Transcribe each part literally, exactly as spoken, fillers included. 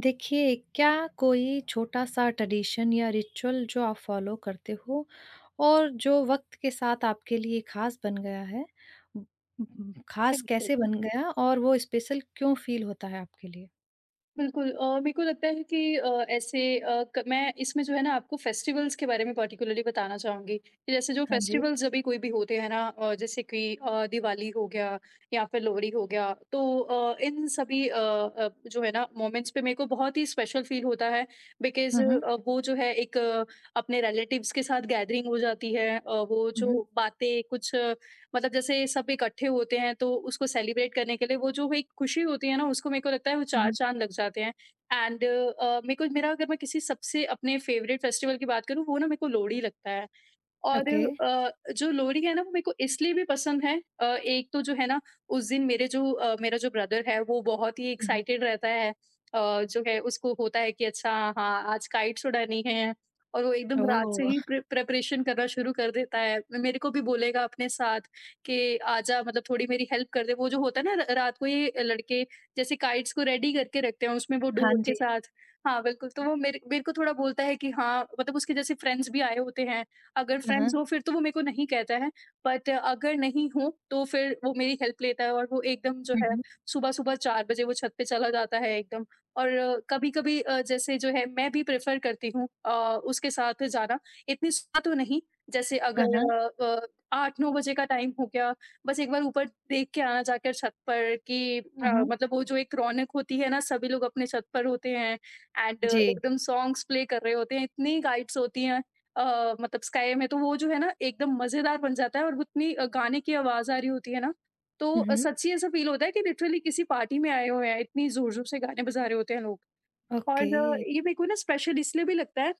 देखिए, क्या कोई छोटा-सा ट्रेडिशन या रिचुअल जो आप फ़ॉलो करते हो और जो वक़्त के साथ आपके लिए ख़ास बन गया है? उम उम, ख़ास बिल्कुल, कैसे बन गया और वो स्पेशल क्यों फ़ील होता है आपके लिए? बिल्कुल अ, मेरे को लगता है कि अ, ऐसे अ, क मैं इसमें जो है ना आपको फेस्टिवल्स के बारे में पर्टिकुलरली बताना चाहूँगी कि जैसे जो हाँ जी। फेस्टिवल्स अभी कोई भी होते हैं ना अ, जैसे कि अ, दिवाली हो गया या फिर लोहड़ी हो गया तो अ, इन सभी अ, अ, जो है ना मोमेंट्स पे मेरे को बहुत ही स्पेशल फील होता है बिकॉज़ हुँ, हुँ। अ, वो जो है एक अ, अपने रिलेटिव्स के साथ गैदरिंग हो जाती है अ, वो हुँ, जो हुँ। बातें कुछ मतलब जैसे सब इकट्ठे होते हैं तो उसको सेलिब्रेट करने के लिए वो जो एक खुशी होती है ना उसको मेरे को लगता है वो हुँ, चार हुँ। चांद लग जाते हैं। एंड मेरे को मेरा अगर मैं किसी सबसे अपने फेवरेट फेस्टिवल की बात करूँ वो ना मेरे को लोहड़ी लगता है। और ओके। अ, जो लोरी है ना वो मेरे को इसलिए भी पसंद है, अ, एक तो जो है ना उस दिन मेरे जो अ, मेरा जो ब्रदर है वो बहुत ही हुँ, हुँ। एक्साइटेड रहता है, अ, जो है उसको होता है कि अच्छा, हाँ आज काइट्स उड़ानी है। और वो एकदम रात से ही ओह! प्रिपरेशन करना शुरू कर देता है, मेरे को भी बोलेगा अपने साथ कि आजा, मतलब थोड़ी मेरी हेल्प कर दे, वो जो होता है ना र- रात को ये लड़के जैसे काइट्स को रेडी करके रखते हैं उसमें वो हाँ डोर के जी। साथ। हाँ बिल्कुल, तो वो मेरे मेरे को थोड़ा बोलता है कि हाँ, मतलब उसके जैसे फ्रेंड्स भी आए होते हैं, अगर हाँ, फ्रेंड्स हो हाँ। फिर तो वो मेरे को नहीं कहता है, बट अगर नहीं हो तो फिर वो मेरी हेल्प लेता है। और वो एकदम जो हुँ, है हुँ। सुबह-सुबह चार बजे वो छत पे चला जाता है एकदम। और कभी-कभी अ, जैसे जो है मैं भी प्रेफ़र करती हूँ अ, उसके साथ जाना। इतनी सुबह तो नहीं, जैसे हाँ, अगर हाँ। अ अ, आठ नौ बजे का टाइम हो गया, बस एक बार ऊपर देख के आना, जाकर छत पर कि हुँ, अ, हुँ। मतलब वो जो एक रौनक होती है ना, सभी लोग अपने छत पर होते हैं एंड जी। एकदम सॉन्ग्स प्ले कर रहे होते हैं। इतनी गाइड्स होती हैं अ, मतलब स्काई में, तो वो जो है ना एकदम मज़ेदार बन जाता है। और वो इतनी अ, गाने की आवाज़ आ रही होती है ना, तो हुँ, अ, हुँ। सच्ची ऐसा फ़ील होता है कि लिटरली किसी पार्टी में आए हुए हैं, इतनी ज़ोर-ज़ोर से गाने बजा रहे होते हैं लोग। और ओके। अ, ये मेरे को ना स्पेशल इसलिए भी लगता है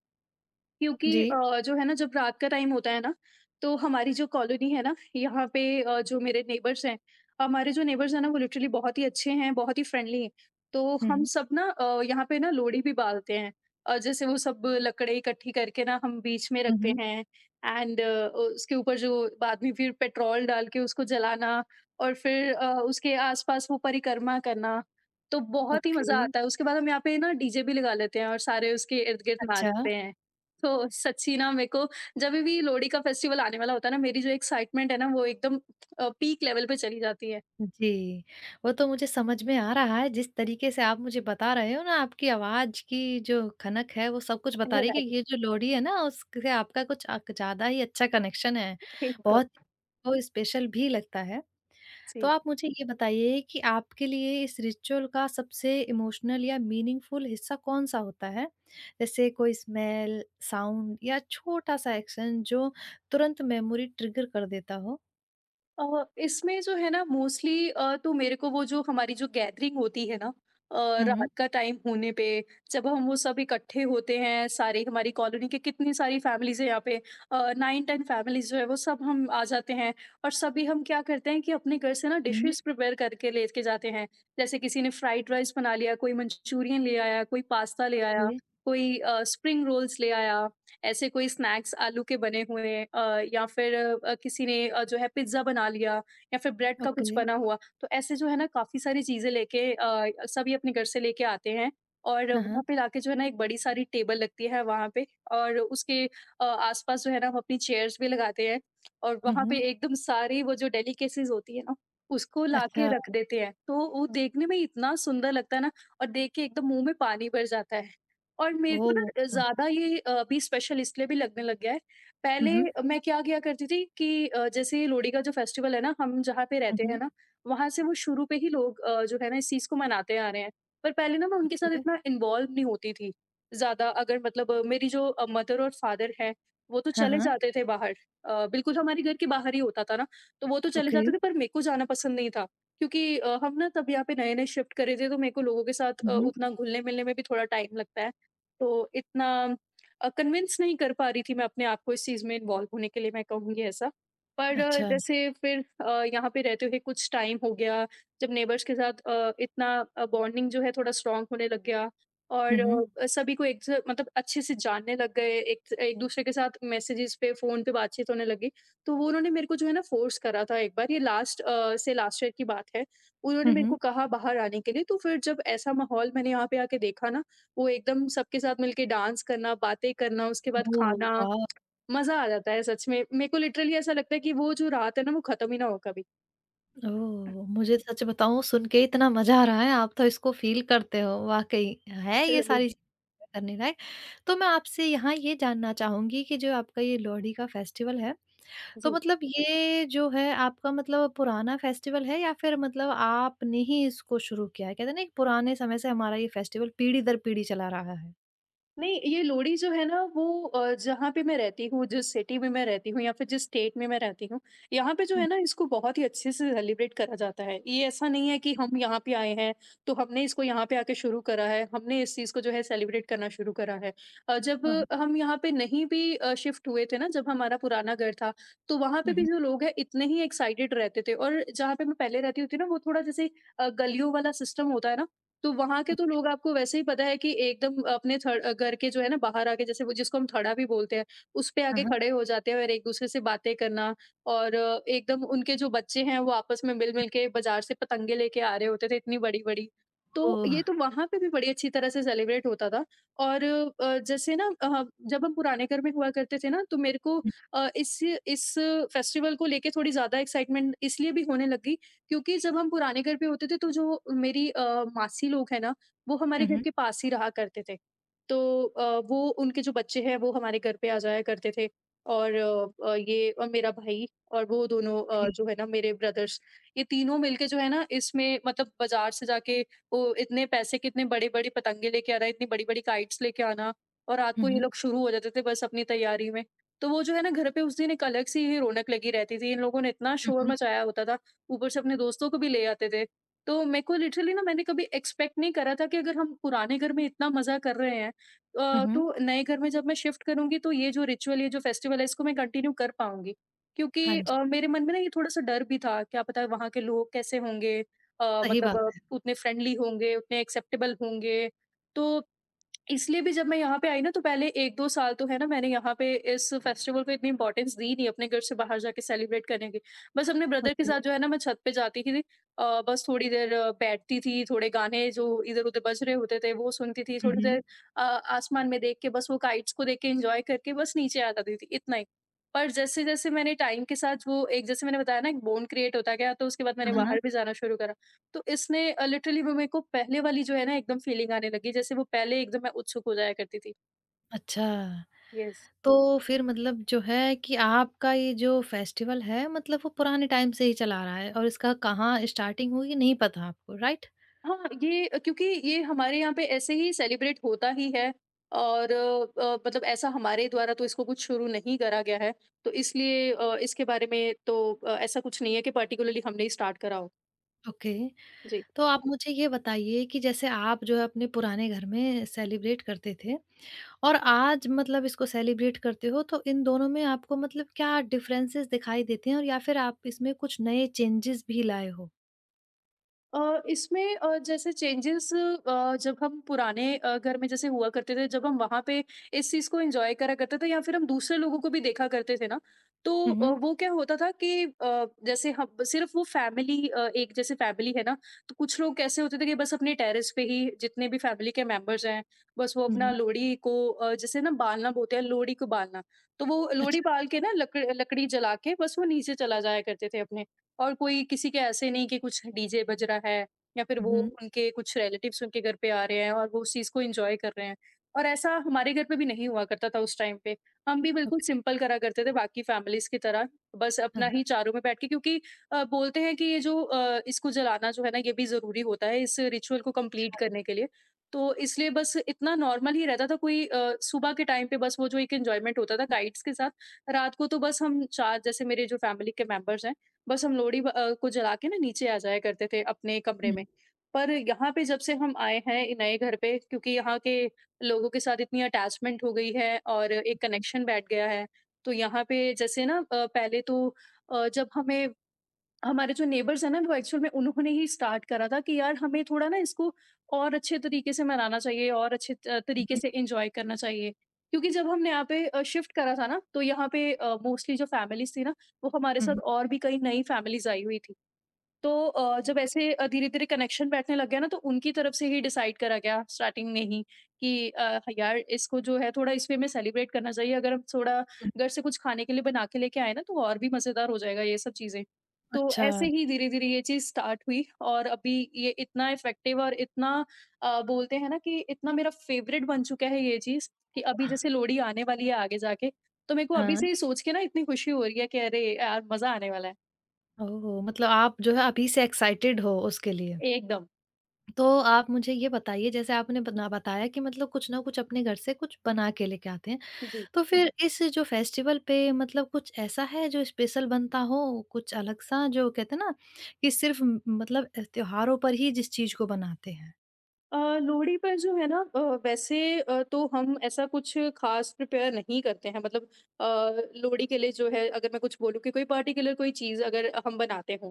क्योंकि जी। अ, जो है ना जब रात का टाइम होता है ना, तो हमारी जो कॉलोनी है ना यहाँ पे, अ, जो मेरे नेबर्स हैं, हमारे जो नेबर्स हैं ना वो लिटरली बहुत ही अच्छे हैं, बहुत ही फ्रेंडली हैं। तो हुँ, हम हुँ। सब ना अ, यहाँ पे ना लोहड़ी भी बालते हैं, और जैसे वो सब लकड़े इकट्ठी करके ना हम बीच में हुँ, रखते हुँ। हैं एंड उसके ऊपर जो बाद में फिर पेट्रोल डाल के उसको जलाना, और फिर अ, उसके आसपास वो परिक्रमा करना, तो बहुत ही मजा ओके। आता है। उसके बाद हम यहाँ पे ना डीजे भी लगा लेते हैं और सारे उसके इर्द गिर्द अच्छा। नाचते हैं। तो सच्ची ना मेरे को, जब भी लोहड़ी का फेस्टिवल आने वाला होता है ना मेरी जो एक्साइटमेंट है ना वो एकदम अ, पीक लेवल पे चली जाती है। जी, वो तो मुझे समझ में आ रहा है जिस तरीके से आप मुझे बता रहे हो ना आपकी आवाज़ की जो खनक है वो सब कुछ बता रही है राइट, कि ये जो लोरी है ना उससे आपका कुछ अक ज़्यादा ही अच्छा कनेक्शन है। एकदम। बहुत वो स्पेशल भी लगता है। तो जी। आप मुझे ये बताइए कि आपके लिए इस रिचुअल का सबसे इमोशनल या मीनिंगफुल हिस्सा कौन-सा होता है? जैसे कोई स्मेल, साउंड या छोटा-सा एक्शन जो तुरंत मेमोरी ट्रिगर कर देता हो? अ, इसमें जो है ना मोस्टली तो मेरे को वो जो हमारी जो गैदरिंग होती है ना, अ, हुँ, रात हुँ। का टाइम होने पे जब हम वो सब इकट्ठे होते हैं सारे, हमारी कॉलोनी के कितनी सारी फैमिलीज है यहाँ पे, नाइन टेन फैमिलीज जो है वो सब हम आ जाते हैं। और सभी हम क्या करते हैं कि अपने घर से ना हुँ, डिशेस प्रिपेयर करके लेके जाते हैं। जैसे किसी ने फ्राइड राइस बना लिया, कोई मंचूरियन ले आया, कोई पास्ता ले आया, ओके, कोई स्प्रिंग रोल्स ले आया, ऐसे कोई स्नैक्स आलू के बने हुए, अ, या फिर अ, किसी ने अ, जो है पिज़्ज़ा बना लिया, या फिर ब्रेड का कुछ ओके। बना हुआ। तो ऐसे जो है ना काफ़ी सारी चीज़ें लेके अ, सभी अपने घर से लेके आते हैं। और हाँ, वहाँ हाँ। पे लाके जो है ना एक बड़ी सारी टेबल लगती है वहाँ पे, और उसके अ, आस-पास जो है ना हम अपनी चेयर्स भी लगाते हैं। और हुँ, वहाँ पे हुँ। एकदम सारी वो जो डेलिकेसीज़ होती है ना, उसको लाके अच्छा, रख देते हैं। तो वो देखने में इतना सुंदर लगता है ना, और देख के एकदम मुँह में पानी भर जाता है। और मेरे को ना ओह! ज़्यादा ये अ, अभी स्पेशल इसलिए भी लगने लग गया है। हुँ, पहले हुँ। मैं क्या किया करती थी कि अ, जैसे ये लोहड़ी का जो फेस्टिवल है ना, हम जहाँ पे हुँ, रहते हैं हुँ। ना, वहाँ से वो शुरू पे ही लोग अ, जो है ना इस चीज़ को मनाते आ रहे हैं। पर पहले ना मैं उनके साथ ठीक है। इतना इन्वॉल्व नहीं होती थी, ज़्यादा, अगर मतलब अ, मेरी जो अ, मदर और फादर हैं, वो तो हाँ, चले हाँ, जाते थे बाहर। अ, बिल्कुल हमारे घर के बाहर ही होता था ना, तो वो तो चले ओके। जाते थे पर मेरे को जाना पसंद नहीं था। क्योंकि अ, हम ना तब यहाँ पे नए-नए शिफ्ट करे थे, तो मेरे को लोगों के साथ हुँ, अ, हुँ। उतना घुलने-मिलने में भी थोड़ा टाइम लगता है। तो इतना अ, कन्विंस नहीं कर पा रही थी मैं अपने आप को इस चीज़ में इन्वॉल्व होने के लिए, मैं कहूँगी ऐसा। पर अ, अच्छा। जैसे फिर अ, यहाँ पे रहते हुए कुछ टाइम हो गया, जब नेबर्स के साथ अ, इतना अ, बॉन्डिंग जो है थोड़ा स्ट्रॉन्ग होने लग गया, हुँ, और हुँ। अ, सभी को एक स मतलब अच्छे से जानने लग गए, एक एक-दूसरे के साथ मैसेजेस पे, फ़ोन पे बातचीत होने लगी। तो वो उन्होंने मेरे को जो है ना फ़ोर्स करा था एक बार, ये लास्ट अ, से लास्ट ईयर की बात है। उन्होंने हुँ, मेरे को हुँ। कहा बाहर आने के लिए, तो फिर जब ऐसा माहौल मैंने यहाँ पे आके देखा ना, वो एकदम सबके साथ मिलके डांस करना, बातें करना, उसके बाद ओह, खाना, वाव! मज़ा आ जाता है सच में। मेरे को लिटरली ऐसा लगता है कि वो जो रात है ना, वो खत्म ही ना हो कभी। ओह! मुझे सच बताऊँ सुन के इतना मज़ा आ रहा है, आप तो इसको फ़ील करते हो, वाक़ई है ये सारी चीज़ें करने लायक। तो मैं आपसे यहाँ ये जानना चाहूँगी कि जो आपका ये लोहड़ी का फेस्टिवल है, तो जी। मतलब ये जो है आपका मतलब पुराना फेस्टिवल है या फिर मतलब आपने ही इसको शुरू किया है? कहते हैं ना एक पुराने समय से हमारा ये फेस्टिवल पीढ़ी दर पीढ़ी चला रहा है। नहीं, ये लोहड़ी जो है ना वो अ, जहाँ पे मैं रहती हूँ, जिस सिटी में मैं रहती हूँ या फिर जिस स्टेट में मैं रहती हूँ, यहाँ पे जो है हुँ। ना इसको बहुत ही अच्छे से सेलिब्रेट करा जाता है। ये ऐसा नहीं है कि हम यहाँ पे आए हैं तो हमने इसको यहाँ पे आके शुरू करा है, हमने इस चीज़ को जो है सेलिब्रेट करना शुरू करा है। अ, जब हाँ। हम यहाँ पे नहीं भी अ, शिफ्ट हुए थे ना, जब हमारा पुराना घर था, तो वहाँ पे हुँ, भी हुँ। जो लोग हैं इतने ही एक्साइटेड रहते थे। और जहाँ पे मैं पहले रहती होती ना, वो थोड़ा जैसे अ, गलियों वाला सिस्टम होता है ना, तो वहाँ के तो लोग, आपको वैसे ही पता है कि एकदम अपने थड़ अ, घर के जो है ना बाहर आके, जैसे वो जिसको हम थड़ा भी बोलते हैं, उस पे हाँ, आके हाँ। खड़े हो जाते हैं और एक-दूसरे से बातें करना। और अ, एकदम उनके जो बच्चे हैं वो आपस में मिल-मिल के बाज़ार से पतंगे लेके आ रहे होते थे इतनी बड़ी-बड़ी। तो ओह! ये तो वहाँ पे भी बड़ी अच्छी तरह से सेलिब्रेट होता था। और अ, जैसे ना अ, जब हम पुराने घर में हुआ करते थे ना तो मेरे को हुँ, अ, इस इस फेस्टिवल को लेके थोड़ी ज़्यादा एक्साइटमेंट इसलिए भी होने लगी क्योंकि जब हम पुराने घर पे होते थे तो जो मेरी अ, मासी लोग हैं ना, वो हमारे हुँ, घर हुँ, के पास ही रहा करते थे। तो अ, वो उनके जो बच्चे हैं वो हमारे घर पे आ जाया करते थे, और अ, अ, ये और मेरा भाई, और वो दोनों अ, जी। जो है ना मेरे ब्रदर्स, ये तीनों मिलके जो है ना इसमें मतलब बाज़ार से जाके वो इतने पैसे के इतने बड़े-बड़े पतंगे लेके आना, इतनी बड़ी-बड़ी काइट्स लेके आना, और रात हुँ, को ये हुँ, लोग शुरू हो जाते थे बस अपनी तैयारी में। तो वो जो है ना घर पे उस दिन एक अलग-सी ही रौनक लगी रहती थी। इन लोगों ने इतना हुँ, शोर हुँ, मचाया होता था, ऊपर से अपने दोस्तों को भी ले आते थे। तो मेरे को लिटरली ना मैंने कभी एक्सपेक्ट नहीं करा था कि अगर हम पुराने घर में इतना मज़ा कर रहे हैं, हुँ, अ, हुँ। तो नए घर में जब मैं शिफ्ट करूँगी तो ये जो रिचुअल, ये जो फेस्टिवल है, इसको मैं कंटिन्यू कर पाऊँगी। हाँ क्योंकि जी, अ, मेरे मन में ना ये थोड़ा-सा डर भी था, क्या पता वहाँ के लोग कैसे होंगे, अ, सही मतलब बात अ, है। उतने फ्रेंडली होंगे, उतने एक्सेप्टेबल होंगे? तो इसलिए भी जब मैं यहाँ पे आई ना, तो पहले एक दो साल तो है ना, मैंने यहाँ पे इस फेस्टिवल को इतनी इम्पोर्टेंस दी नहीं, अपने घर से बाहर जाके सेलिब्रेट करने की। बस अपने ब्रदर के ओके। साथ जो है ना, मैं छत पे जाती थी, अ, बस थोड़ी देर अ, बैठती थी, थोड़े गाने जो इधर-उधर बज रहे होते थे वो सुनती थी, हुँ, थोड़ी देर हुँ। अ, आसमान में देख के बस वो काइट्स को देख के एन्जॉय करके बस नीचे आ जाती थी, इतना ही। पर जैसे-जैसे मैंने टाइम के साथ वो एक, जैसे मैंने बताया ना, एक बॉन्ड क्रिएट होता गया, तो उसके बाद मैंने हाँ, हाँ। बाहर भी जाना शुरू करा। तो इसने अ, लिटरली वो मेरे को पहले वाली जो है ना एकदम फ़ीलिंग आने लगी, जैसे वो पहले एकदम मैं उत्सुक हो जाया करती थी। अच्छा, यस। तो फिर मतलब जो है कि आपका ये जो फेस्टिवल है मतलब वो पुराने टाइम से ही चला आ रहा है और इसका कहाँ स्टार्टिंग हुई नहीं पता आपको, राइट? हाँ, ये अ, क्योंकि ये हमारे यहाँ पे ऐसे ही सेलिब्रेट होता ही है, और अ, अ, मतलब ऐसा हमारे द्वारा तो इसको कुछ शुरू नहीं करा गया है। तो इसलिए अ, इसके बारे में तो अ, ऐसा कुछ नहीं है कि पार्टिकुलरली हमने ही स्टार्ट करा हो। ओके। जी। तो आप मुझे ये बताइए कि जैसे आप जो है अपने पुराने घर में सेलिब्रेट करते थे और आज मतलब इसको सेलिब्रेट करते हो तो इन दोनों में आपको मतलब क्या डिफरेंसेस दिखाई देते हैं और या फिर आप इसमें कुछ नए चेंजेस भी लाए हो? अ, इसमें अ, जैसे चेंजेस, अ, जब हम पुराने अ, घर में जैसे हुआ करते थे, जब हम वहाँ पे इस चीज़ को एंजॉय करा करते थे, या फिर हम दूसरे लोगों को भी देखा करते थे ना, तो हुँ, अ, हुँ। वो क्या होता था कि अ, जैसे हम सिर्फ वो फैमिली, अ, एक जैसे फैमिली है ना, तो कुछ लोग कैसे होते थे कि बस अपने टेरेस पे ही जितने भी फैमिली के मेंबर्स हैं, बस वो हुँ, अपना हुँ। लोहड़ी को, अ, जैसे ना बालना बोलते हैं लोहड़ी को, बालना तो वो लोहड़ी अच्छा। बाल के ना लकड़ लकड़ी जला के बस वो नीचे चला जाया करते थे अपने। और कोई किसी के ऐसे नहीं कि कुछ डीजे बज रहा है, या फिर वो हुँ, उनके कुछ रिलेटिव्स उनके घर पे आ रहे हैं और वो उस चीज़ को एंजॉय कर रहे हैं। और ऐसा हमारे घर पे भी नहीं हुआ करता था उस टाइम पे। हम भी बिल्कुल ओके। सिंपल करा करते थे बाकी फैमिलीज़ की तरह। बस हाँ, अपना हाँ। ही चारों में बैठ के, क्योंकि अ, बोलते हैं कि ये जो अ, इसको जलाना जो है ना, ये भी ज़रूरी होता है इस रिचुअल को कंप्लीट करने के लिए। तो इसलिए बस इतना नॉर्मल ही रहता था, कोई अ, सुबह के टाइम पे बस वो जो एक एन्जॉयमेंट होता था हुँ, काइट्स के साथ, रात को तो बस हम चार, जैसे मेरे जो फैमिली के मेंबर्स हैं, बस हम लोहड़ी ब अ, को जला के ना नीचे आ जाया करते थे अपने कमरे हुँ, में। पर यहाँ पे जब से हम आए हैं इ नए घर पे, क्योंकि यहाँ के लोगों के साथ इतनी अटैचमेंट हो गई है और एक कनेक्शन बैठ गया है। तो यहाँ पे जैसे ना अ, पहले तो अ, जब हमें, हमारे जो नेबर्स हैं ना, वो एक्चुअल में उन्होंने ही स्टार्ट करा था कि यार हमें थोड़ा ना इसको और अच्छे तरीके से मनाना चाहिए और अच्छे त- तरीके से एंजॉय करना चाहिए। क्योंकि जब हमने यहाँ पे शिफ्ट करा था ना, तो यहाँ पे मोस्टली जो फैमिलीज थी ना, वो हमारे हुँ, साथ हुँ। और भी कई नई फैमिलीज आई हुई थी। तो अ, जब ऐसे अ, धीरे-धीरे कनेक्शन बैठने लग गया ना, तो उनकी तरफ से ही डिसाइड करा गया स्टार्टिंग में ही कि अ, यार इसको जो है थोड़ा इस वे में सेलिब्रेट करना चाहिए। अगर हम थोड़ा घर से कुछ खाने के लिए बना के लेके आए ना, तो और भी मज़ेदार हो जाएगा ये सब चीज़ें। तो अच्छा, ऐसे ही धीरे-धीरे ये चीज़ स्टार्ट हुई, और अभी ये इतना इफ़ेक्टिव और इतना, अ, बोलते हैं ना, कि इतना मेरा फ़ेवरेट बन चुका है ये चीज़, कि अभी जैसे लोहड़ी आने वाली है आगे जाके, तो मेरे को अभी हाँ। से ही सोच के ना इतनी खुशी हो रही है कि अरे यार, मज़ा आने वाला है। ओह! मतलब आप जो है अभी से एक्साइटेड हो उसके लिए। एकदम। तो आप मुझे ये बताइए जैसे आपने बना बताया कि मतलब कुछ ना कुछ अपने घर से कुछ बना के लेके आते हैं। जी। तो फिर इस जो फेस्टिवल पे मतलब कुछ ऐसा है जो स्पेशल बनता हो, कुछ अलग-सा जो कहते हैं ना कि सिर्फ़ म मतलब अ, त्योहारों पर ही जिस चीज़ को बनाते हैं? अ, लोहड़ी पर जो है ना, अ, वैसे अ, तो हम ऐसा कुछ खास प्रिपेयर नहीं करते हैं, मतलब, अ, लोहड़ी के लिए जो है, अगर मैं कुछ बोलूँ कि कोई पर्टिकुलर कोई चीज़ अगर हम बनाते हों,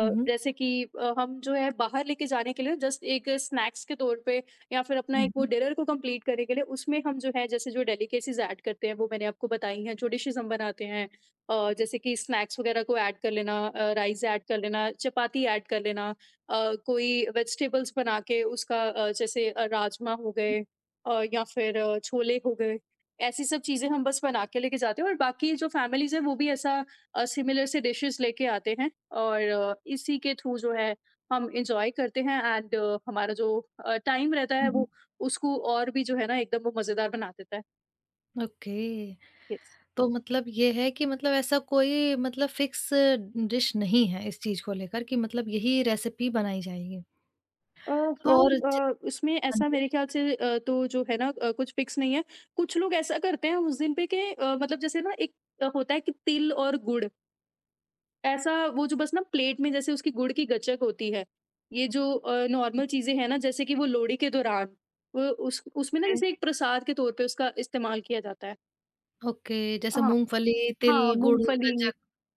हुँ, हुँ। जैसे कि, अ, हम जो है बाहर लेके जाने के लिए जस्ट एक स्नैक्स के तौर पे, या फिर अपना हुँ, एक वो हुँ। डिनर को कंप्लीट करने के लिए, उसमें हम जो है, जैसे जो डेलिकेसीज ऐड करते हैं, वो मैंने आपको बताई हैं जो डिशेज हम बनाते हैं। अ, जैसे कि स्नैक्स वगैरह को ऐड कर लेना, राइस ऐड कर लेना, चपाती ऐड कर लेना, अ, कोई वेजिटेबल्स बना के उसका, अ, जैसे अ, राजमा हो गए, अ, या फिर अ, छोले हो गए। ऐसी सब चीज़ें हम बस बना के लेके जाते हैं, और बाकी जो फैमिलीज़ हैं वो भी ऐसा अ, सिमिलर से डिशेस लेके आते हैं, और अ, इसी के थ्रू जो है हम एंजॉय करते हैं, एंड हमारा जो टाइम रहता है हुँ, हुँ। वो, उसको और भी जो है ना एकदम वो मज़ेदार बना देता है। ओके। यस। तो मतलब ये है कि मतलब ऐसा कोई मतलब फ़िक्स डिश नहीं है इस चीज़ को लेकर कि मतलब यही रेसिपी बनाई जाएगी। अ, हाँ, तो और ज अ, उसमें हाँ ऐसा जी। मेरे ख्याल से अ, तो जो है ना अ, कुछ फ़िक्स नहीं है। कुछ लोग ऐसा करते हैं उस दिन पे कि, अ, मतलब जैसे ना, एक अ, होता है कि तिल और गुड़, ऐसा वो जो बस ना प्लेट में, जैसे उसकी गुड़ की गच्चक होती है। ये जो अ, नॉर्मल चीज़ें हैं ना, जैसे कि वो लोहड़ी के दौरान, वो उस उसमें ना ओके। जैसे एक प्रसाद के तौर पे उसका इस्तेमाल किया जाता है। ओके, जैसे हाँ, मूँगफली, हाँ, तिल, गुड़, मूँगफली। गज्जक।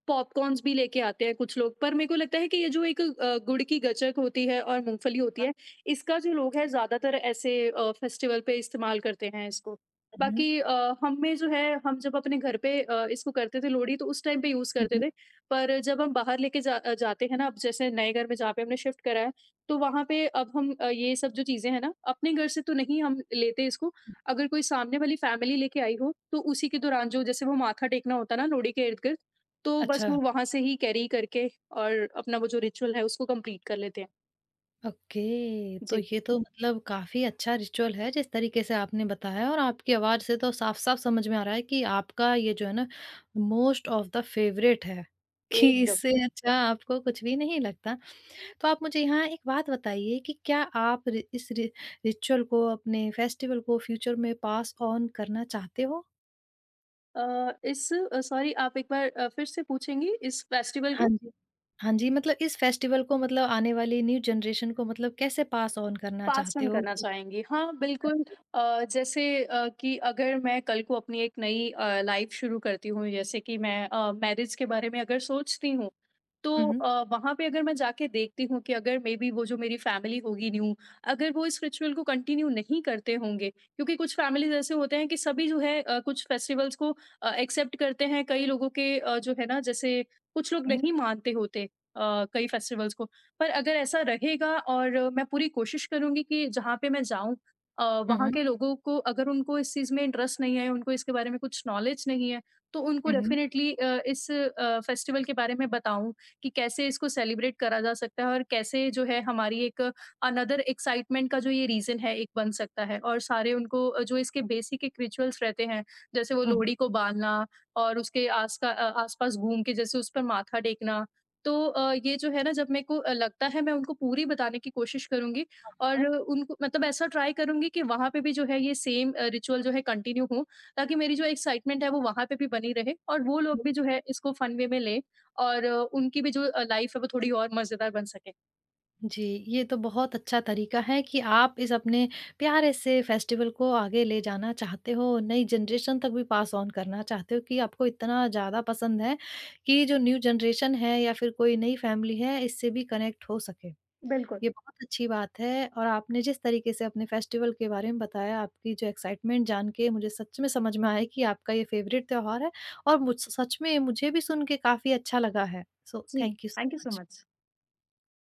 पॉपकॉर्न्स भी लेके आते हैं कुछ लोग, पर मेरे को लगता है कि ये जो एक अ, गुड़ की गचक होती है और मूँगफली होती है, इसका जो लोग है ज़्यादातर ऐसे अ, फेस्टिवल पे इस्तेमाल करते हैं इसको। हुँ, हुँ। बाकी अ, हम में जो है, हम जब अपने घर पे अ, इसको करते थे लोहड़ी, तो उस टाइम पे यूज़ हुँ, करते हुँ। थे, पर जब हम बाहर लेके जा अ, जाते हैं ना, अब जैसे नए घर में जहाँ पे हमने शिफ्ट करा है, तो वहाँ पे अब हम, अ, ये सब जो चीज़ें हैं ना, अपने घर से तो नहीं हम लेते इसको, हुँ। अगर कोई सामने वाली फैमिली लेके आई हो, तो उसी के दौरान जो जैसे वो माथा टेकना होता है ना लोहड़ी के इर्द-गिर्द, तो बस अच्छा। वो वहाँ से ही कैरी करके और अपना वो जो रिचुअल है उसको कंप्लीट कर लेते हैं। ओके, तो जी। ये तो मतलब काफ़ी अच्छा रिचुअल है जिस तरीके से आपने बताया और आपकी आवाज़ से तो साफ-साफ समझ में आ रहा है कि आपका ये जो है ना मोस्ट ऑफ़ द फ़ेवरेट है, कि एकदम। इससे अच्छा आपको कुछ भी नहीं लगता। तो आप मुझे यहाँ एक बात बताइए कि क्या आप रि इस रि रिचुअल को अपने फेस्टिवल को फ्यूचर में पास ऑन करना चाहते हो? अ, इस अ, सॉरी, आप एक बार अ, फिर से पूछेंगी इस फेस्टिवल हाँ को? जी। हाँ जी, मतलब इस फेस्टिवल को मतलब आने वाली न्यू जनरेशन को मतलब कैसे पास ऑन करना पास चाहते ऑन हो? करना चाहेंगी। हाँ, हाँ बिल्कुल। जी। अ, जैसे अ, कि अगर मैं कल को अपनी एक नई अ, लाइफ़ शुरू करती हूँ, जैसे कि मैं अ, मैरिज के बारे में अगर सोचती हूँ, तो हुँ, हुँ। अ, वहाँ पे अगर मैं जाके देखती हूँ कि अगर मे बी वो जो मेरी फैमिली होगी न्यू, अगर वो इस रिचुअल को कंटिन्यू नहीं करते होंगे, क्योंकि कुछ फैमिलीज़ ऐसे होते हैं कि सभी जो है अ, कुछ फेस्टिवल्स को अ, एक्सेप्ट करते हैं, कई लोगों के अ, जो है ना, जैसे कुछ लोग हुँ, नहीं मानते होते अ, कई फेस्टिवल्स को। पर अगर ऐसा रहेगा, और मैं पूरी कोशिश करूँगी कि जहाँ पे मैं जाऊँ, अ, हुँ, वहाँ हुँ। के लोगों को, अगर उनको इस चीज़ में इंटरेस्ट नहीं है, उनको इसके बारे में कुछ नॉलेज नहीं है, तो उनको हुँ, डेफ़िनेटली अ, इस अ, फेस्टिवल के बारे में बताऊँ, कि कैसे इसको सेलिब्रेट करा जा सकता है और कैसे जो है हमारी एक अनदर एक्साइटमेंट का जो ये रीज़न है, एक बन सकता है। और सारे उनको अ, जो इसके बेसिक एक रिचुअल्स रहते हैं, जैसे वो हुँ। लोहड़ी को बाँधना और उसके आस का अ, आस-पास घूम के जैसे उस पर माथा टेकना, तो अ, ये जो है ना, जब मेरे को अ, लगता है, मैं उनको पूरी बताने की कोशिश करूँगी, और हाँ। उनको मतलब ऐसा ट्राई करूँगी कि वहाँ पे भी जो है ये सेम अ, रिचुअल जो है कंटिन्यू हो, ताकि मेरी जो एक्साइटमेंट है वो वहाँ पे भी बनी रहे, और वो लोग भी जो है इसको फन वे में लें, और अ, उनकी भी जो लाइफ है वो थोड़ी और मज़ेदार बन सके। जी, ये तो बहुत अच्छा तरीका है कि आप इस अपने प्यारे से फेस्टिवल को आगे ले जाना चाहते हो, नई जनरेशन तक भी पास ऑन करना चाहते हो कि आपको इतना ज़्यादा पसंद है कि जो न्यू जनरेशन है या फिर कोई नई फैमिली है, इससे भी कनेक्ट हो सके। बिल्कुल। ये बहुत अच्छी बात है और आपने जिस तरीके से अपने फेस्टिवल के बारे में बताया, आपकी जो एक्साइटमेंट जान के मुझे सच में समझ में आया कि आपका ये फेवरेट त्योहार है और मुझ सच में मुझे भी सुन के काफ़ी अच्छा लगा है। सो जी, thank you so thank you so much. Much.